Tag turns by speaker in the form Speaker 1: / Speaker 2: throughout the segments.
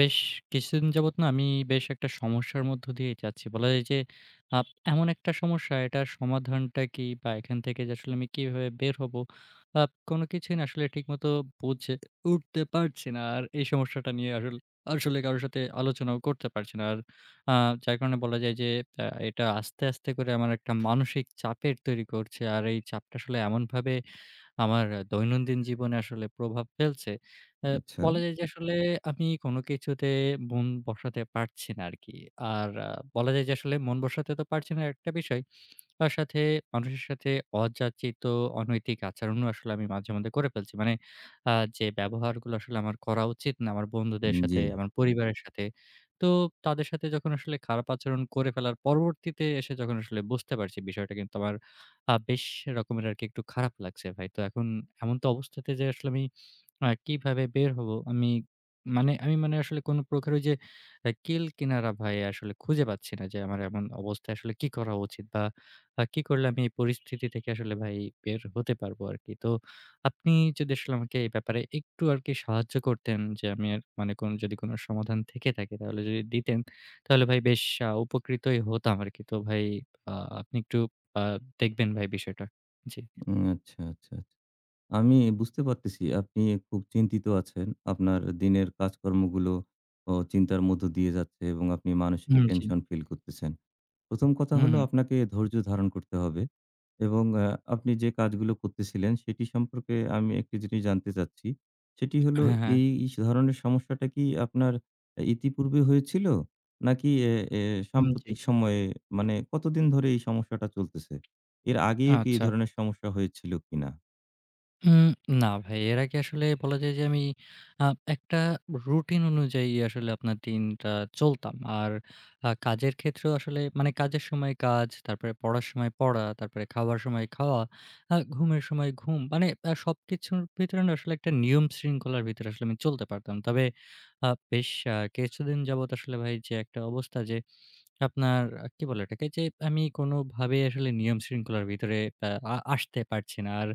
Speaker 1: বেশ কিছুদিন যাবৎ না আমি বেশ একটা সমস্যার মধ্য দিয়ে যাচ্ছি। বলা যায় যে আপ এমন একটা সমস্যা এটার সমাধানটা কি বা এখান থেকে যে আসলে আমি কিভাবে বের হবো? কোনো কিছুই না আসলে ঠিকমতো বুঝে উঠতে পারছি না। আর এই সমস্যাটা নিয়ে আসলে কারো সাথে আলোচনাও করতে পারছি না। আর আ যার কারণে বলা যায় যে এটা আস্তে, আস্তে করে আমার একটা মানসিক চাপের তৈরি করছে। আর এই চাপটা আসলে এমনভাবে আমার দৈনন্দিন জীবনে আসলে প্রভাব ফেলছে। অ্যা
Speaker 2: আচ্ছা,
Speaker 1: বলা যায় যে আসলে আমি কোনো কিছুতে মন বসাতে পারছি না আরকি। আর বলা যায় যে আসলে মন বসাতে তো পারছি না একটা বিষয়। তার সাথে মানুষের সাথে অযাচিত অনৈতিক আচরণও আসলে আমি মাঝে মধ্যে করে ফেলছি। মানে আ যে ব্যবহারগুলো আসলে আমার করা উচিত না আমার বন্ধুদের সাথে,
Speaker 2: জি।
Speaker 1: আমার হুম। পরিবারের সাথে। তো তাদের সাথে যখন আসলে খারাপ আচরণ করে ফেলার পরবর্তীতে এসে যখন আসলে বুঝতে পারছি বিষয়টা কিন্তু আমার বেশ রকমের আরকি একটু খারাপ লাগছে ভাই। তো এখন এমন তো অবস্থাতে যে আসলে আমি কিভাবে বের হবো? আমি মানে আমি মানে আসলে কোন প্রকার ওই যে কিল কিনারা ভাই আসলে খুঁজে পাচ্ছি না যে আমার এমন অবস্থায় আসলে কি করা উচিত? বা কি করলে আমি এই পরিস্থিতি থেকে আসলে ভাই বের হতে পারবো আরকি। তো আপনি যদি আসলে আমাকে এই ব্যাপারে একটু আরকি সাহায্য করতেন যে আমি আর মানে কোন যদি কোন সমাধান থেকে থাকে তাহলে যদি দিতেন, তাহলে ভাই বেশ উপকৃতই হতাম আরকি। তো ভাই আ আপনি একটু আ দেখবেন ভাই বিষয়টা। জি।
Speaker 2: আচ্ছা, আচ্ছা, আচ্ছা। আমি বুঝতে পারতেছি আপনি খুব চিন্তিত আছেন। আপনার দিনের কাজকর্মগুলো ও চিন্তার মধ্য দিয়ে যাচ্ছে এবং আপনি মানসিক
Speaker 1: হুম, জি।
Speaker 2: টেনশন ফিল করতেছেন। ১ম কথা
Speaker 1: হুম,
Speaker 2: হলো
Speaker 1: হুম।
Speaker 2: আপনাকে ধৈর্য ধারণ করতে হবে এবং আপনি যে কাজগুলো করতেছিলেন সেটি সম্পর্কে আমি একটি জিনিস জানতে চাচ্ছি। সেটি হলো
Speaker 1: হ্যাঁ, হ্যাঁ।
Speaker 2: এই ধরনের সমস্যাটা কি আপনার ইতিপূর্বে হয়েছিল? নাকি এ এ
Speaker 1: হুম, জি।
Speaker 2: সাম্প্রতিক সময়ে মানে কতদিন ধরে এই সমস্যাটা চলতেছে? এর আগেও কি এই
Speaker 1: আচ্ছা।
Speaker 2: ধরনের সমস্যা হয়েছিল কিনা?
Speaker 1: উম না ভাই, এর আগে আসলে বলা যায় যে আমি আ একটা রুটিন অনুযায়ী আসলে আপনার দিনটা চলতাম। আর কাজের ক্ষেত্রেও আসলে মানে কাজের সময় কাজ, তারপরে পড়ার সময় পড়া, তারপরে খাওয়ার সময় খাওয়া, ঘুমের সময় ঘুম। মানে সবকিছুর ভিতরে না আসলে একটা নিয়ম শৃঙ্খলার ভিতরে আসলে আমি চলতে পারতাম। তবে বেশ কিছুদিন যাবৎ আসলে ভাই যে একটা অবস্থা যে আপনার কি বলে এটাকে? যে আমি কোনোভাবেই আসলে নিয়ম শৃঙ্খলার ভিতরে আ আ আসতে পারছি না। আর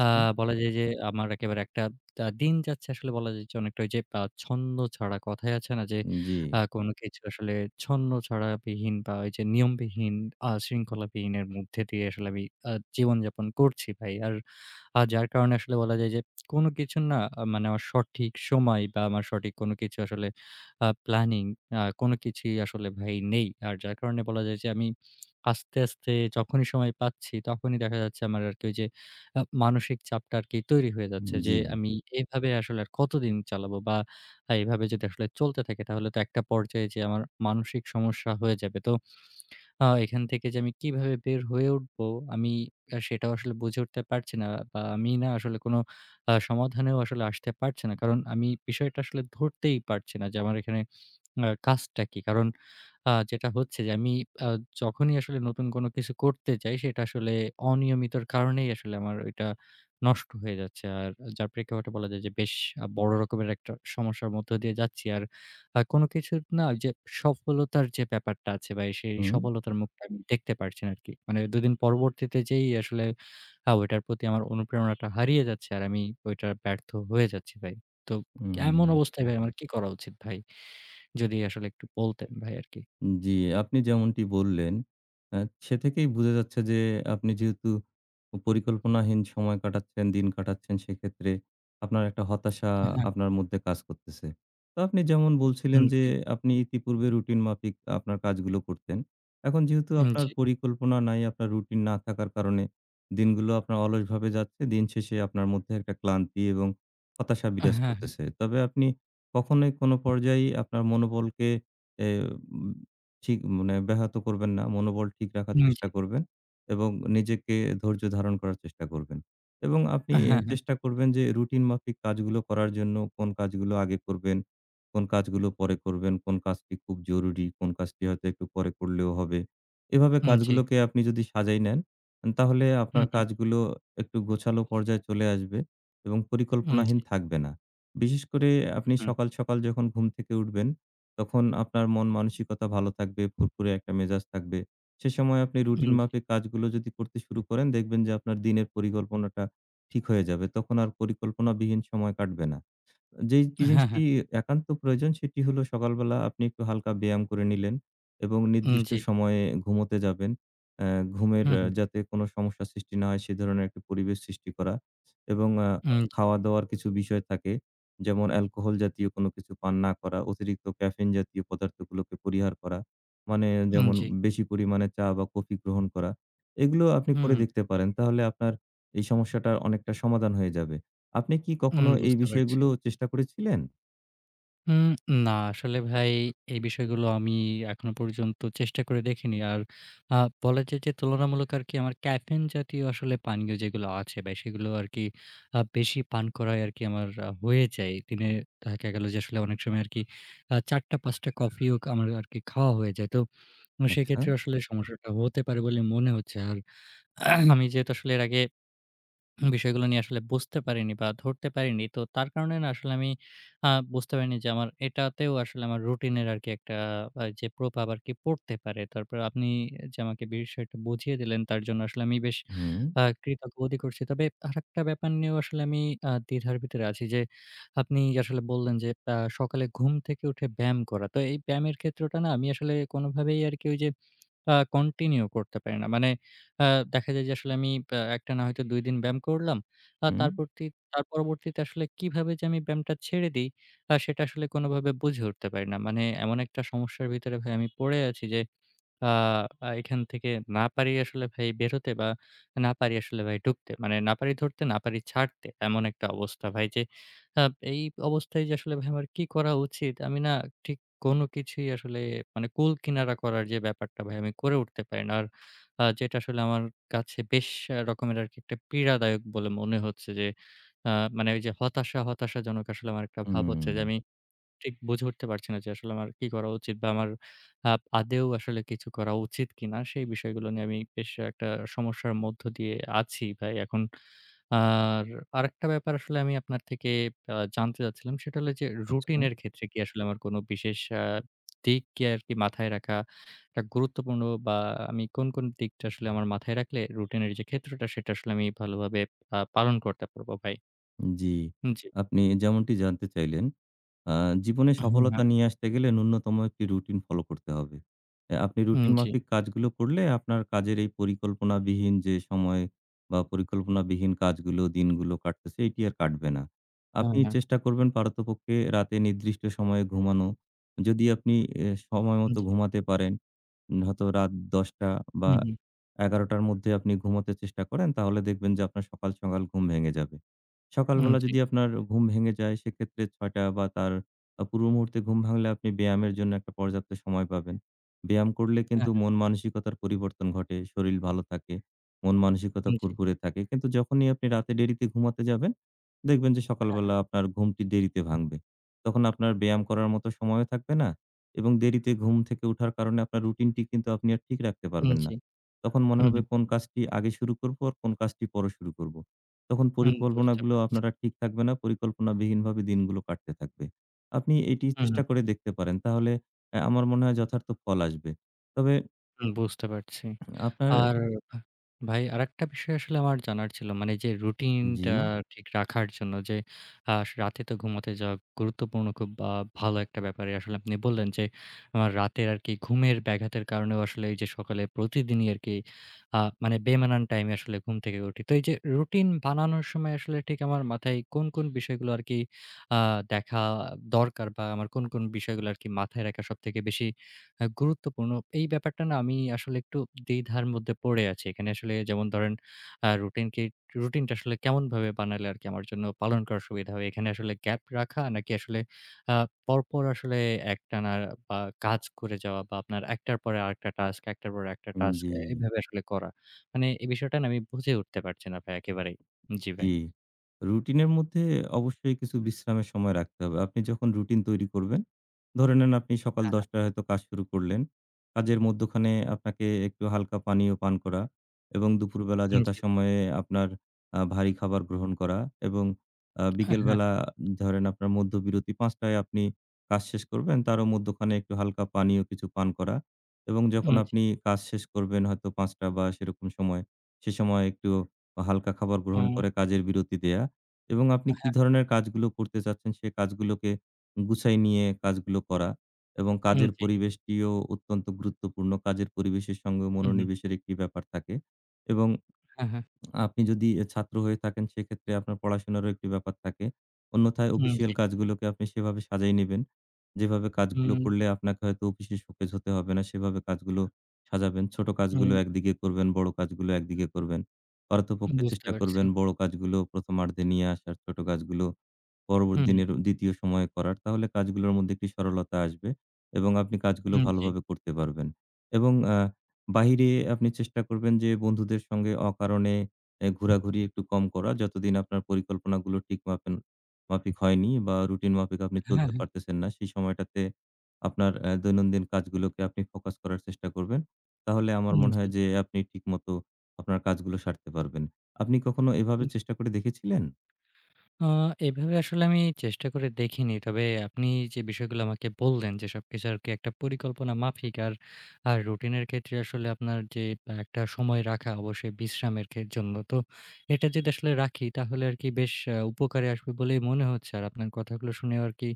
Speaker 1: আ বলা যায় যে আমার একেবারে একটা দিন যাচ্ছে আসলে বলা যায় যে অনেকটা ওই যে ছন্দ ছাড়া কথাই আছে না যে
Speaker 2: জি,
Speaker 1: কোনো কিছু আসলে ছন্ন ছাড়া বিহীন বা ওই যে নিয়মবিহীন শৃঙ্খলাবিহীনের মধ্যে দিয়ে আসলে আমি জীবনযাপন করছি ভাই। আর যার কারণে আসলে বলা যায় যে কোনো কিছু না মানে আমার সঠিক সময় বা আমার সঠিক কোনো কিছু আসলে প্ল্যানিং কোনো কিছুই আসলে ভাই নেই। আর যার কারণে বলা যায় যে আমি আস্তে, আস্তে যখনই সময় পাচ্ছি তখনই দেখা যাচ্ছে আমার আরকি ওই যে মানসিক চাপটা আরকি তৈরি হয়ে যাচ্ছে যে,
Speaker 2: জি।
Speaker 1: আমি হুম। এভাবে আসলে আর কতদিন চালাবো বা এভাবে যদি আসলে চলতে থাকে তাহলে তো একটা পর্যায়ে যেয়ে আমার মানসিক সমস্যা হয়ে যাবে। তো এখান থেকে যে আমি কিভাবে বের হয়ে উঠবো আমি সেটাও আসলে বুঝে উঠতে পারছি না বা আমি না আসলে কোনো সমাধানেও আসলে আসতে পারছি না। কারণ আমি বিষয়টা আসলে ধরতেই পারছি না যে আমার এখানে কাজটা কি? কারণ যেটা হচ্ছে যে আমি আ যখনই আসলে নতুন কোনো কিছু করতে যাই সেটা আসলে অনিয়মিতর কারণেই আসলে আমার ওইটা নষ্ট হয়ে যাচ্ছে। আর যার প্রেক্ষাপটে বলা যায় যে বেশ বড় রকমের একটা সমস্যার মধ্য দিয়ে যাচ্ছি। আর কোনো কিছুর না ওই যে সফলতার যে ব্যাপারটা আছে বা সেই
Speaker 2: হুম,
Speaker 1: সফলতার মুখটা আমি দেখতে পারছি না আরকি। মানে ২ দিন পরবর্তীতে যেই আসলে ওইটার প্রতি আমার অনুপ্রেরণাটা হারিয়ে যাচ্ছে আর আমি ওইটা ব্যর্থ হয়ে যাচ্ছি ভাই। তো
Speaker 2: হুম।
Speaker 1: এমন অবস্থায় ভাই আমার কি করা উচিত ভাই? যদি আসলে একটু বলতেন ভাই আরকি।
Speaker 2: জি, আপনি যেমনটি বললেন, আ সে থেকেই বোঝা যাচ্ছে যে আপনি যেহেতু পরিকল্পনাহীন সময় কাটাচ্ছেন, দিন কাটাচ্ছেন সেক্ষেত্রে আপনার একটা হতাশা
Speaker 1: হ্যাঁ।
Speaker 2: আপনার মধ্যে কাজ করতেছে। তো আপনি যেমন বলছিলেন
Speaker 1: উম
Speaker 2: যে
Speaker 1: জি,
Speaker 2: আপনি ইতিপূর্বে রুটিন মাফিক আপনার কাজগুলো করতেন। এখন যেহেতু
Speaker 1: উম
Speaker 2: আপনার
Speaker 1: জি।
Speaker 2: পরিকল্পনা নাই, আপনার রুটিন না থাকার কারণে দিনগুলো আপনার অলসভাবে যাচ্ছে। দিন শেষে আপনার মধ্যে একটা ক্লান্তি এবং হতাশা
Speaker 1: হ্যাঁ,
Speaker 2: বিরাজ করতেছে।
Speaker 1: হ্যাঁ।
Speaker 2: তবে আপনি কখনোই কোনো পর্যায়েই আপনার মনোবলকে এ ঠিক মানে ব্যাহত করবেন না। মনোবল ঠিক রাখার
Speaker 1: উম জি।
Speaker 2: চেষ্টা করবেন এবং নিজেকে ধৈর্য ধারণ করার চেষ্টা করবেন। এবং আপনি
Speaker 1: হ্যাঁ,
Speaker 2: এ
Speaker 1: হ্যাঁ।
Speaker 2: চেষ্টা করবেন যে রুটিন মাফিক কাজগুলো করার জন্য কোন কাজগুলো আগে করবেন, কোন কাজগুলো পরে করবেন, কোন কাজটি খুব জরুরি, কোন কাজটি হয়তো একটু পরে করলেও হবে। এভাবে
Speaker 1: উম জি।
Speaker 2: কাজগুলোকে আপনি যদি সাজাই নেন, তাহলে
Speaker 1: হুম,
Speaker 2: আপনার
Speaker 1: হুম।
Speaker 2: কাজগুলো একটু গোছালো পর্যায়ে চলে আসবে এবং
Speaker 1: উম জি।
Speaker 2: পরিকল্পনাহীন থাকবে না। বিশেষ করে আপনি
Speaker 1: হুম,
Speaker 2: সকাল, সকাল যখন ঘুম থেকে উঠবেন তখন আপনার মন মানসিকতা ভালো থাকবে, ফুরফুরে একটা মেজাজ থাকবে। সে সময় আপনি
Speaker 1: উম
Speaker 2: রুটিন
Speaker 1: জি।
Speaker 2: মাফিক কাজগুলো যদি করতে শুরু করেন দেখবেন যে আপনার দিনের পরিকল্পনাটা ঠিক হয়ে যাবে। তখন আর পরিকল্পনাবিহীন সময় কাটবে না। যেই
Speaker 1: হ্যাঁ,
Speaker 2: জিনিসটি
Speaker 1: হ্যাঁ।
Speaker 2: একান্ত প্রয়োজন সেটি হলো সকালবেলা আপনি একটু হালকা ব্যায়াম করে নিলেন এবং
Speaker 1: উম
Speaker 2: নির্দিষ্ট
Speaker 1: জি।
Speaker 2: সময়ে ঘুমোতে যাবেন। অ্যা ঘুমের
Speaker 1: হুম, হুম।
Speaker 2: যাতে কোনো সমস্যার সৃষ্টি না হয় সে ধরনের একটা পরিবেশ সৃষ্টি করা এবং
Speaker 1: উম জি।
Speaker 2: খাওয়া-দাওয়ার কিছু বিষয় থাকে। যেমন অ্যালকোহল জাতীয় কোনো কিছু পান না করা, অতিরিক্ত ক্যাফেইন জাতীয় পদার্থগুলোকে পরিহার করা। মানে
Speaker 1: উম
Speaker 2: যেমন
Speaker 1: জি।
Speaker 2: বেশি পরিমাণে চা বা কফি গ্রহণ করা। এগুলো আপনি
Speaker 1: হুম,
Speaker 2: করে
Speaker 1: হুম।
Speaker 2: দেখতে পারেন। তাহলে আপনার এই সমস্যাটার অনেকটা সমাধান হয়ে যাবে। আপনি কি
Speaker 1: উম
Speaker 2: কখনো এই
Speaker 1: বুঝতে পারছি।
Speaker 2: বিষয়গুলো চেষ্টা করেছিলেন?
Speaker 1: উম না আসলে ভাই এই বিষয়গুলো আমি এখনো পর্যন্ত চেষ্টা করে দেখিনি। আর আ বলা যায় যে তুলনামূলক আরকি আমার ক্যাফেইন জাতীয় আসলে পানীয় যেগুলো আছে ভাই সেগুলো আরকি বেশি পান করাই আরকি আমার হয়ে যায়। দিনে দেখা গেল যে আসলে অনেক সময় আরকি ৪ টা ৫ টা কফিও আমার আরকি খাওয়া হয়ে যায়। তো উম,
Speaker 2: আচ্ছা।
Speaker 1: সেক্ষেত্রে আসলে সমস্যাটা হতে পারে বলে মনে হচ্ছে। আর আমি যেহেতু আসলে এর আগে বিষয়গুলো নিয়ে আসলে বুঝতে পারিনি বা ধরতে পারিনি। তো তার কারণে না আসলে আমি আ বুঝতে পারিনি যে আমার এটাতেও আসলে আমার রুটিনের আরকি একটা যে প্রভাব আরকি পড়তে পারে। তারপর আপনি যে আমাকে বিষয়টা বুঝিয়ে দিলেন তার জন্য আসলে আমি বেশ
Speaker 2: হুম,
Speaker 1: কৃতজ্ঞ বোধই করছি। তবে আরেকটা ব্যাপার নিয়েও আসলে আমি দ্বিধার ভিতরে আছি যে আপনি আসলে বললেন যে সকালে ঘুম থেকে উঠে ব্যায়াম করা। তো এই ব্যায়ামের ক্ষেত্রটা না আমি আসলে কোনোভাবেই আরকি ওই যে কন্টিনিউ করতে পারি না। মানে আ দেখা যায় যে আসলে আমি একটানা হয়তো ২ দিন ব্যায়াম করলাম। আ
Speaker 2: হুম,
Speaker 1: তারপরতি তার পরবর্তীতে আসলে কিভাবে যে আমি ব্যায়ামটা ছেড়ে দেই সেটা আসলে কোনোভাবে বুঝে উঠতে পারি না। মানে এমন একটা সমস্যার ভিতরে ভাই আমি পড়ে আছি যে আ আ এখান থেকে না পারি আসলে ভাই বের হতে বা না পারি আসলে ভাই ঢুকতে। মানে না পারি ধরতে, না পারি ছাড়তে। এমন একটা অবস্থা ভাই যে আ এই অবস্থায় যে আসলে ভাই আমার কি করা উচিত? আমি না ঠিক কোনো কিছুই আসলে মানে কুল কিনারা করার যে ব্যাপারটা ভাই আমি করে উঠতে পারি না। আর যেটা আসলে আমার কাছে বেশ রকমের আরকি একটা পীড়াদায়ক বলে মনে হচ্ছে যে আ মানে ওই যে হতাশা, হতাশাজনক আসলে আমার একটা ভাব হচ্ছে
Speaker 2: হুম।
Speaker 1: যে আমি ঠিক বুঝে উঠতে পারছি না যে আসলে আমার কি করা উচিত বা আমার আ আদৌ আসলে কিছু করা উচিত কিনা? সেই বিষয়গুলো নিয়ে আমি বেশ একটা সমস্যার মধ্য দিয়ে আছি ভাই এখন। আর আরেকটা ব্যাপার আসলে আমি আপনার থেকে জানতে চাচ্ছিলাম সেটা হলো যে
Speaker 2: আচ্ছা।
Speaker 1: রুটিন এর ক্ষেত্রে কি আসলে আমার কোনো বিশেষ দিক কি আরকি মাথায় রাখা একটা গুরুত্বপূর্ণ বা আমি কোন, কোন দিকটা আসলে আমার মাথায় রাখলে রুটিন এর যে ক্ষেত্রটা সেটা আসলে আমি ভালোভাবে পালন করতে পারবো ভাই?
Speaker 2: জি।
Speaker 1: জি।
Speaker 2: আপনি যেমনটি জানতে চাইলেন আ জীবনে
Speaker 1: হ্যাঁ,
Speaker 2: সফলতা নিয়ে আসতে গেলে ন্যূনতম একটি রুটিন ফলো করতে হবে। আপনি
Speaker 1: হুম,
Speaker 2: রুটিন
Speaker 1: জি।
Speaker 2: মাফিক কাজগুলো করলে আপনার কাজের এই পরিকল্পনাবিহীন যে সময় বা পরিকল্পনাবিহীন কাজগুলো, দিনগুলো কাটতেছে এটি আর কাটবে না।
Speaker 1: হ্যাঁ,
Speaker 2: আপনি
Speaker 1: হ্যাঁ।
Speaker 2: চেষ্টা করবেন পারতপক্ষে রাতে নির্দিষ্ট সময়ে ঘুমানো। যদি আপনি এ সময় মতো
Speaker 1: জি।
Speaker 2: ঘুমাতে পারেন, হয়তো রাত ১০ঃ০০ বা
Speaker 1: হুম, হুম।
Speaker 2: ১১ঃ০০ র মধ্যে আপনি ঘুমোতে চেষ্টা করেন, তাহলে দেখবেন যে আপনার সকাল, সকাল ঘুম ভেঙে যাবে।
Speaker 1: উম
Speaker 2: সকালবেলা
Speaker 1: জি।
Speaker 2: যদি আপনার ঘুম ভেঙে যায় সেক্ষেত্রে ৬ঃ০০ বা তার পূর্ব মুহূর্তে ঘুম ভাঙলে আপনি ব্যায়ামের জন্য একটা পর্যাপ্ত সময় পাবেন। ব্যায়াম করলে কিন্তু মন মানসিকতার পরিবর্তন ঘটে, শরীর ভালো থাকে, মন মানসিকতা
Speaker 1: হ্যাঁ, জি,
Speaker 2: ফুরফুরে থাকে। কিন্তু যখনই আপনি রাতে দেরিতে ঘুমাতে যাবেন, দেখবেন যে সকালবেলা আপনার ঘুমটি দেরিতে ভাঙবে। তখন আপনার ব্যায়াম করার মতো সময়ও থাকবে না এবং দেরিতে ঘুম থেকে উঠার কারণে আপনার রুটিনটি কিন্তু আপনি আর ঠিক রাখতে
Speaker 1: হ্যাঁ,
Speaker 2: পারবেন না।
Speaker 1: জি।
Speaker 2: তখন মনে
Speaker 1: হুম,
Speaker 2: হবে কোন কাজটি আগে শুরু করব আর কোন কাজটি পরে শুরু করব। তখন
Speaker 1: হুম বুঝতে
Speaker 2: পরিকল্পনাগুলো
Speaker 1: পারছি।
Speaker 2: আপনার আর ঠিক থাকবে না। পরিকল্পনাবিহীনভাবে দিনগুলো কাটতে থাকবে। আপনি এটি
Speaker 1: হুম,
Speaker 2: চেষ্টা
Speaker 1: হুম।
Speaker 2: করে দেখতে পারেন। তাহলে আমার মনে হয় যথার্থ ফল আসবে। তবে
Speaker 1: হুম, বুঝতে পারছি।
Speaker 2: আপনার
Speaker 1: আর ভা ভাই আরেকটা বিষয় আসলে আমার জানার ছিল। মানে যে
Speaker 2: জি,
Speaker 1: রুটিনটা ঠিক রাখার জন্য যে আ রাতে তো ঘুমাতে যাওয়া গুরুত্বপূর্ণ খুব ভালো একটা ব্যাপারে আসলে আপনি বললেন যে আমার রাতের আরকি ঘুমের ব্যাঘাতের কারণেও আসলে এই যে সকালে প্রতিদিনই আরকি মানে বেমানান টাইমে আসলে ঘুম থেকে উঠি। তো এই যে রুটিন বানানোর সময় আসলে ঠিক আমার মাথায় কোন, কোন বিষয়গুলো আরকি আ দেখা দরকার বা আমার কোন, কোন বিষয়গুলো আরকি মাথায় রাখা সবথেকে বেশি গুরুত্বপূর্ণ। এই ব্যাপারটা না আমি আসলে একটু দ্বিধার মধ্যে পড়ে আছি। এখানে আসলে যেমন ধরেন আ রুটিনকে রুটিনটা আসলে কেমনভাবে বানালে আরকি আমার জন্য পালন করা সুবিধা হবে? এখানে আসলে গ্যাপ রাখা নাকি আসলে আ পরপর আসলে একটানা বা কাজ করে যাওয়া বা আপনার একটার পরে আরেকটা টাস্ক, একটার পরে একটা টাস্ক
Speaker 2: জি।
Speaker 1: এভাবে আসলে করা। মানে এই বিষয়টা না আমি বুঝে উঠতে পারছি না ভাই একেবারেই। জি ভাই।
Speaker 2: জি। রুটিনের মধ্যে অবশ্যই কিছু বিশ্রামের সময় রাখতে হবে। আপনি যখন রুটিন তৈরি করবেন, ধরে নেন আপনি সকাল
Speaker 1: হ্যাঁ,
Speaker 2: ১০
Speaker 1: হ্যাঁ।
Speaker 2: টায় হয়তো কাজ শুরু করলেন। কাজের মধ্যখানে আপনাকে একটু হালকা পানীয় পান করা এবং দুপুরবেলা
Speaker 1: উম জি।
Speaker 2: যথাসময়ে আপনার ভারী খাবার গ্রহণ করা এবং
Speaker 1: আ হ্যাঁ,
Speaker 2: বিকেলবেলা ধরেন আপনার মধ্যবিরতি ৫ টায় আপনি কাজ শেষ করবেন, তারও মধ্যখানে একটু হালকা পানীয় কিছু পান করা এবং
Speaker 1: উম
Speaker 2: যখন
Speaker 1: জি,
Speaker 2: আপনি কাজ শেষ করবেন হয়তো ৫ টা বা সেরকম সময়, সে সময় একটু বা হালকা খাবার গ্রহণ
Speaker 1: উম
Speaker 2: করে কাজের বিরতি দেয়া এবং আপনি কি ধরনের কাজগুলো করতে চাচ্ছেন সে কাজগুলোকে গুছাই নিয়ে কাজগুলো করা এবং
Speaker 1: উম
Speaker 2: কাজের
Speaker 1: জি।
Speaker 2: পরিবেশটিও অত্যন্ত গুরুত্বপূর্ণ। কাজের পরিবেশের সঙ্গে
Speaker 1: উম হুম।
Speaker 2: মনোনিবেশের একটি ব্যাপার থাকে এবং
Speaker 1: হ্যাঁ, হ্যাঁ।
Speaker 2: আপনি যদি এ ছাত্র হয়ে থাকেন সেক্ষেত্রে আপনার পড়াশোনারও একটি ব্যাপার থাকে। অন্যথায়
Speaker 1: উম
Speaker 2: অফিসিয়াল
Speaker 1: জি।
Speaker 2: কাজগুলোকে আপনি সেভাবে সাজায় নিবেন। যেভাবে কাজগুলো
Speaker 1: উম
Speaker 2: করলে আপনাকে হয়তো অফিসে শোকেজ হতে হবে না সেভাবে কাজগুলো সাজাবেন। ছোট কাজগুলো
Speaker 1: উম
Speaker 2: একদিকে করবেন, বড় কাজগুলো একদিকে করবেন। পারতপক্ষে
Speaker 1: বুঝতে
Speaker 2: চেষ্টা
Speaker 1: পারছি।
Speaker 2: করবেন বড় কাজগুলো প্রথমার্ধে নিয়ে আসার, ছোট কাজগুলো পরবর্তী
Speaker 1: হুম,
Speaker 2: দিনের দ্বিতীয় সময়ে করার, তাহলে কাজগুলোর মধ্যে একটি সরলতা আসবে এবং আপনি কাজগুলো
Speaker 1: হুম, জি।
Speaker 2: ভালোভাবে করতে পারবেন। এবং বাহিরে আপনি চেষ্টা করবেন যে বন্ধুদের সঙ্গে অকারণে এ ঘোরাঘুরি একটু কম করা। যতদিন আপনার পরিকল্পনাগুলো ঠিক মাফিক হয়নি বা রুটিন মাফিক আপনি
Speaker 1: হ্যাঁ,
Speaker 2: চলতে
Speaker 1: হ্যাঁ।
Speaker 2: পারতেছেন না, সেই সময়টাতে আপনার দৈনন্দিন কাজগুলোকে আপনি ফোকাস করার চেষ্টা করবেন। তাহলে আমার
Speaker 1: উম
Speaker 2: মনে
Speaker 1: জি।
Speaker 2: হয় যে আপনি ঠিকমতো আপনার কাজগুলো সারতে পারবেন। আপনি কখনো এভাবে
Speaker 1: উম
Speaker 2: চেষ্টা করে দেখেছিলেন?
Speaker 1: আ এভাবে আসলে আমি চেষ্টা করে দেখিনি। তবে আপনি যে বিষয়গুলো আমাকে বললেন যে সবকিছু আরকি একটা পরিকল্পনা মাফিক আর রুটিনের ক্ষেত্রে আসলে আপনার যে একটা সময় রাখা অবশ্যই বিশ্রামের জন্য। তো এটা যদি আসলে রাখি তাহলে আরকি বেশ উপকারে আসবে বলেই মনে হচ্ছে। আর আপনার কথাগুলো শুনেও আরকি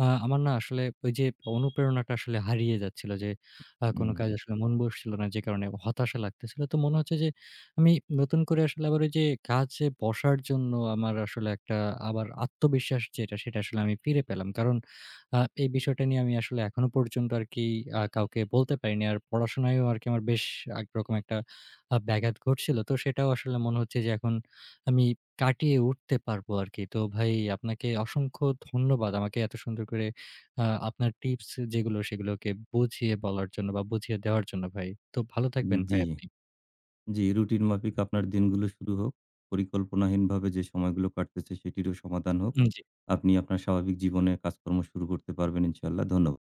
Speaker 1: আমার না আসলে ওই যে অনুপ্রেরণাটা আসলে হারিয়ে যাচ্ছিল যে কোনো
Speaker 2: হুম।
Speaker 1: কাজে আসলে মন বসছিল না যে কারণে হতাশা লাগতেছিল। তো মনে হচ্ছে যে আমি নতুন করে আসলে আবার ওই যে কাজে বসার জন্য আমার আসলে একটা আবার আত্মবিশ্বাস যেটা সেটা আসলে আমি ফিরে পেলাম। কারণ এই বিষয়টা নিয়ে আমি আসলে এখনো পর্যন্ত আরকি কাউকে বলতে পারিনি। আর পড়াশোনায়ও আরকি আমার বেশ একরকম একটা ব্যাঘাত ঘটছিল। তো সেটাও আসলে মনে হচ্ছে যে এখন আমি কাটিয়ে উঠতে পারবো আরকি। তো ভাই আপনাকে অসংখ্য ধন্যবাদ আমাকে এত সুন্দর করে আপনার টিপস যেগুলো সেগুলোকে বুঝিয়ে বলার জন্য বা বুঝিয়ে দেওয়ার জন্য ভাই। তো ভালো থাকবেন
Speaker 2: জি।
Speaker 1: ভাই আপনি।
Speaker 2: জি, রুটিন মাফিক আপনার দিনগুলো শুরু হোক। পরিকল্পনাহীনভাবে যে সময়গুলো কাটতেছে সেটিরও সমাধান হোক।
Speaker 1: উম জি।
Speaker 2: আপনি আপনার স্বাভাবিক জীবনে কাজকর্ম শুরু করতে পারবেন ইনশাআল্লাহ। ধন্যবাদ।